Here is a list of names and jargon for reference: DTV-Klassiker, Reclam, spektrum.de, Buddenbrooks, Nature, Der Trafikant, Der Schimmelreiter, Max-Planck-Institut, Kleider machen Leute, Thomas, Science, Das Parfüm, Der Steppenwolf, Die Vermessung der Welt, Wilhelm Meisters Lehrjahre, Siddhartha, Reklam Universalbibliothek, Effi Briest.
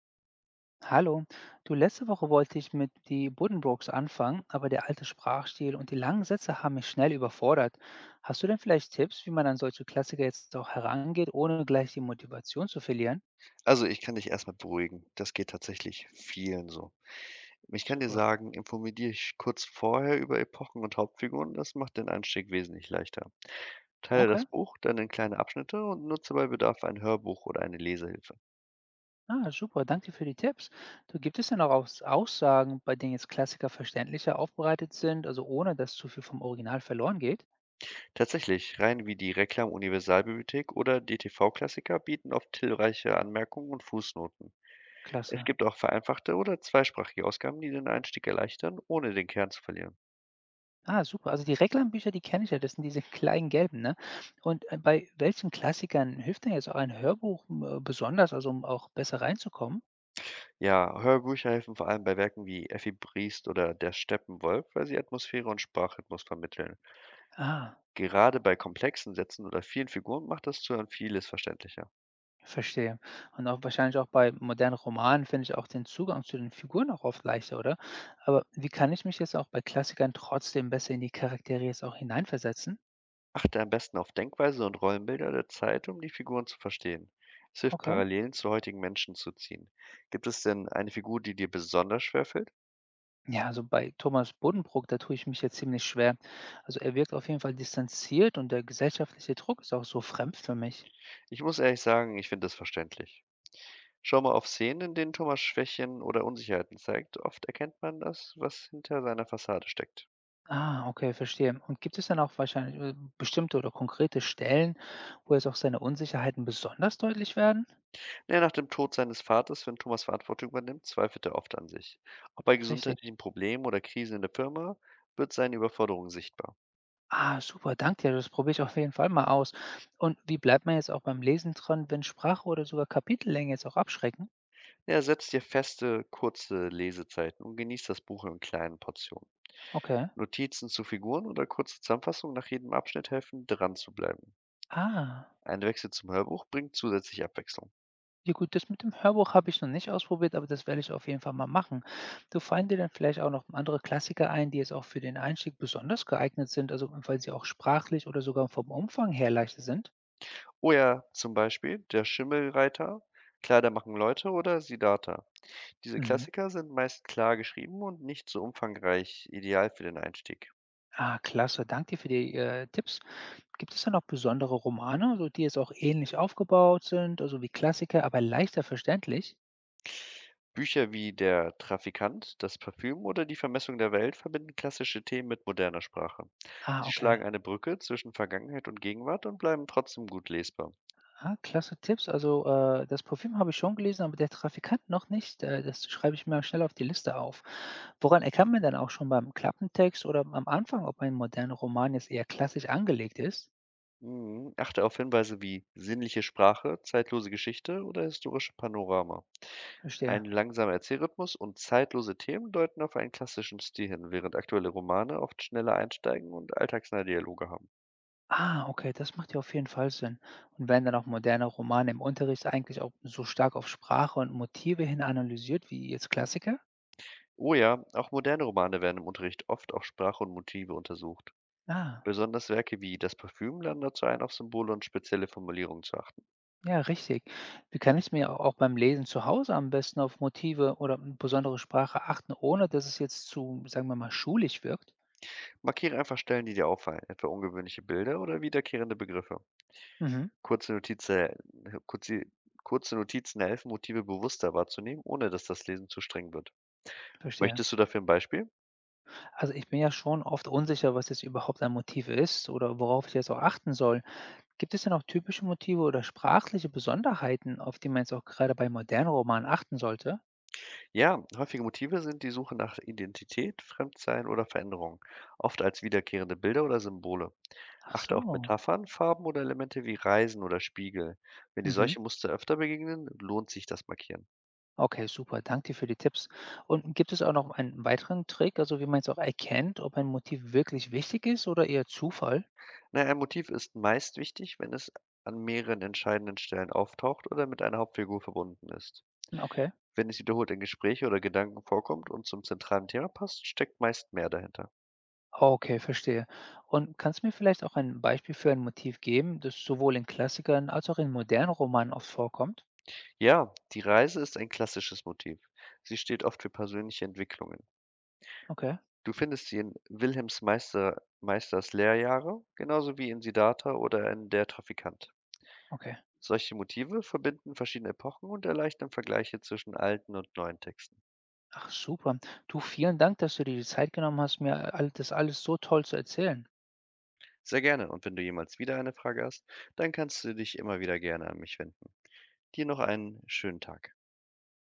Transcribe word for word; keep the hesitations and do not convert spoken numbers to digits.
Hallo, du, letzte Woche wollte ich mit die Buddenbrooks anfangen, aber der alte Sprachstil und die langen Sätze haben mich schnell überfordert. Hast du denn vielleicht Tipps, wie man an solche Klassiker jetzt auch herangeht, ohne gleich die Motivation zu verlieren? Also, ich kann dich erstmal beruhigen. Das geht tatsächlich vielen so. Ich kann dir Super. sagen, informier dich kurz vorher über Epochen und Hauptfiguren, das macht den Einstieg wesentlich leichter. Teile Okay, das Buch dann in kleine Abschnitte und nutze bei Bedarf ein Hörbuch oder eine Lesehilfe. ah, super, danke für die Tipps. Du, gibt es denn auch Aus Aussagen, bei denen jetzt Klassiker verständlicher aufbereitet sind, also ohne dass zu viel vom Original verloren geht? Tatsächlich, Reihen wie die Reklam Universalbibliothek oder D T V-Klassiker bieten oft hilfreiche Anmerkungen und Fußnoten. Es Klasse. gibt auch vereinfachte oder zweisprachige Ausgaben, die den Einstieg erleichtern, ohne den Kern zu verlieren. Ah, super. Also die Recklam-Bücher, die kenne ich ja, das sind diese kleinen gelben, ne? Und, äh, bei welchen Klassikern hilft denn jetzt auch ein Hörbuch, hm, äh, besonders, also um auch besser reinzukommen? Ja, Hörbücher helfen vor allem bei Werken wie Effi Briest oder Der Steppenwolf, weil sie Atmosphäre und Sprachrhythmus vermitteln. Ah, Gerade bei komplexen Sätzen oder vielen Figuren macht das Zuhören vieles verständlicher. verstehe. Und auch wahrscheinlich auch bei modernen Romanen finde ich auch den Zugang zu den Figuren auch oft leichter, oder? Aber wie kann ich mich jetzt auch bei Klassikern trotzdem besser in die Charaktere jetzt auch hineinversetzen? Achte am besten auf Denkweise und Rollenbilder der Zeit, um die Figuren zu verstehen. Es hilft, Okay. Parallelen zu heutigen Menschen zu ziehen. Gibt es denn eine Figur, die dir besonders schwerfällt? Ja, also bei Thomas Buddenbrook, da tue ich mich jetzt ziemlich schwer. Also er wirkt auf jeden Fall distanziert und der gesellschaftliche Druck ist auch so fremd für mich. Ich muss ehrlich sagen, ich finde das verständlich. Schau mal auf Szenen, in denen Thomas Schwächen oder Unsicherheiten zeigt. Oft erkennt man das, was hinter seiner Fassade steckt. Ah, okay, verstehe. Und gibt es dann auch wahrscheinlich äh, bestimmte oder konkrete Stellen, wo jetzt auch seine Unsicherheiten besonders deutlich werden? Ja, nach dem Tod seines Vaters, wenn Thomas Verantwortung übernimmt, zweifelt er oft an sich. Auch bei Richtig. gesundheitlichen Problemen oder Krisen in der Firma wird seine Überforderung sichtbar. Ah, super, danke dir. Das probiere ich auf jeden Fall mal aus. Und wie bleibt man jetzt auch beim Lesen dran, wenn Sprache oder sogar Kapitellänge jetzt auch abschrecken? Er setzt dir feste, kurze Lesezeiten und genießt das Buch in kleinen Portionen. Okay. Notizen zu Figuren oder kurze Zusammenfassungen nach jedem Abschnitt helfen, dran zu bleiben. Ah. Ein Wechsel zum Hörbuch bringt zusätzliche Abwechslung. Ja gut, das mit dem Hörbuch habe ich noch nicht ausprobiert, aber das werde ich auf jeden Fall mal machen. Du, fallen dir dann vielleicht auch noch andere Klassiker ein, die jetzt auch für den Einstieg besonders geeignet sind, also weil sie auch sprachlich oder sogar vom Umfang her leichter sind? Oh ja, zum Beispiel Der Schimmelreiter, Kleider machen Leute oder Siddhartha. Diese Mhm. Klassiker sind meist klar geschrieben und nicht so umfangreich, ideal für den Einstieg. Ah, klasse. Dank dir für die äh, Tipps. Gibt es da noch besondere Romane, so die jetzt auch ähnlich aufgebaut sind, also wie Klassiker, aber leichter verständlich? Bücher wie Der Trafikant, Das Parfüm oder Die Vermessung der Welt verbinden klassische Themen mit moderner Sprache. Ah, Sie okay. schlagen eine Brücke zwischen Vergangenheit und Gegenwart und bleiben trotzdem gut lesbar. Ah, klasse Tipps. Also äh, das Parfüm habe ich schon gelesen, aber der Trafikant noch nicht. Äh, das schreibe ich mir schnell auf die Liste auf. Woran erkennt man dann auch schon beim Klappentext oder am Anfang, ob ein moderner Roman jetzt eher klassisch angelegt ist? Mhm. Achte auf Hinweise wie sinnliche Sprache, zeitlose Geschichte oder historische Panorama. Verstehe. Ein langsamer Erzählrhythmus und zeitlose Themen deuten auf einen klassischen Stil hin, während aktuelle Romane oft schneller einsteigen und alltagsnahe Dialoge haben. Ah, okay, das macht ja auf jeden Fall Sinn. Und werden dann auch moderne Romane im Unterricht eigentlich auch so stark auf Sprache und Motive hin analysiert wie jetzt Klassiker? Oh ja, auch moderne Romane werden im Unterricht oft auf Sprache und Motive untersucht. Ah, Besonders Werke wie Das Parfüm laden dazu ein, auf Symbole und spezielle Formulierungen zu achten. ja, richtig. Wie kann ich mir au- auch beim Lesen zu Hause am besten auf Motive oder m- besondere Sprache achten, ohne dass es jetzt zu, sagen wir mal, schulisch wirkt? Markiere einfach Stellen, die dir auffallen, etwa ungewöhnliche Bilder oder wiederkehrende Begriffe. Mhm, Kurze, Notize, kurze, Kurze Notizen helfen, Motive bewusster wahrzunehmen, ohne dass das Lesen zu streng wird. verstehe. Möchtest du dafür ein Beispiel? Also ich bin ja schon oft unsicher, was jetzt überhaupt ein Motiv ist oder worauf ich jetzt auch achten soll. Gibt es denn auch typische Motive oder sprachliche Besonderheiten, auf die man jetzt auch gerade bei modernen Romanen achten sollte? Ja, häufige Motive sind die Suche nach Identität, Fremdsein oder Veränderung, oft als wiederkehrende Bilder oder Symbole. Ach Achte auf so. Metaphern, Farben oder Elemente wie Reisen oder Spiegel. Wenn dir Mhm. solche Muster öfter begegnen, lohnt sich das Markieren. Okay, super. Danke dir für die Tipps. Und gibt es auch noch einen weiteren Trick, also wie man jetzt auch erkennt, ob ein Motiv wirklich wichtig ist oder eher Zufall? Na, ein Motiv ist meist wichtig, wenn es an mehreren entscheidenden Stellen auftaucht oder mit einer Hauptfigur verbunden ist. Hm, okay. Wenn es wiederholt in Gespräche oder Gedanken vorkommt und zum zentralen Thema passt, steckt meist mehr dahinter. Okay, verstehe. Und kannst du mir vielleicht auch ein Beispiel für ein Motiv geben, das sowohl in Klassikern als auch in modernen Romanen oft vorkommt? Ja, die Reise ist ein klassisches Motiv. Sie steht oft für persönliche Entwicklungen. Okay, Du findest sie in Wilhelms Meister, Meisters Lehrjahre, genauso wie in Siddhartha oder in Der Trafikant. okay. Solche Motive verbinden verschiedene Epochen und erleichtern Vergleiche zwischen alten und neuen Texten. Ach super. Du, vielen Dank, dass du dir die Zeit genommen hast, mir all- das alles so toll zu erzählen. Sehr gerne und wenn du jemals wieder eine Frage hast, dann kannst du dich immer wieder gerne an mich wenden. Dir noch einen schönen Tag.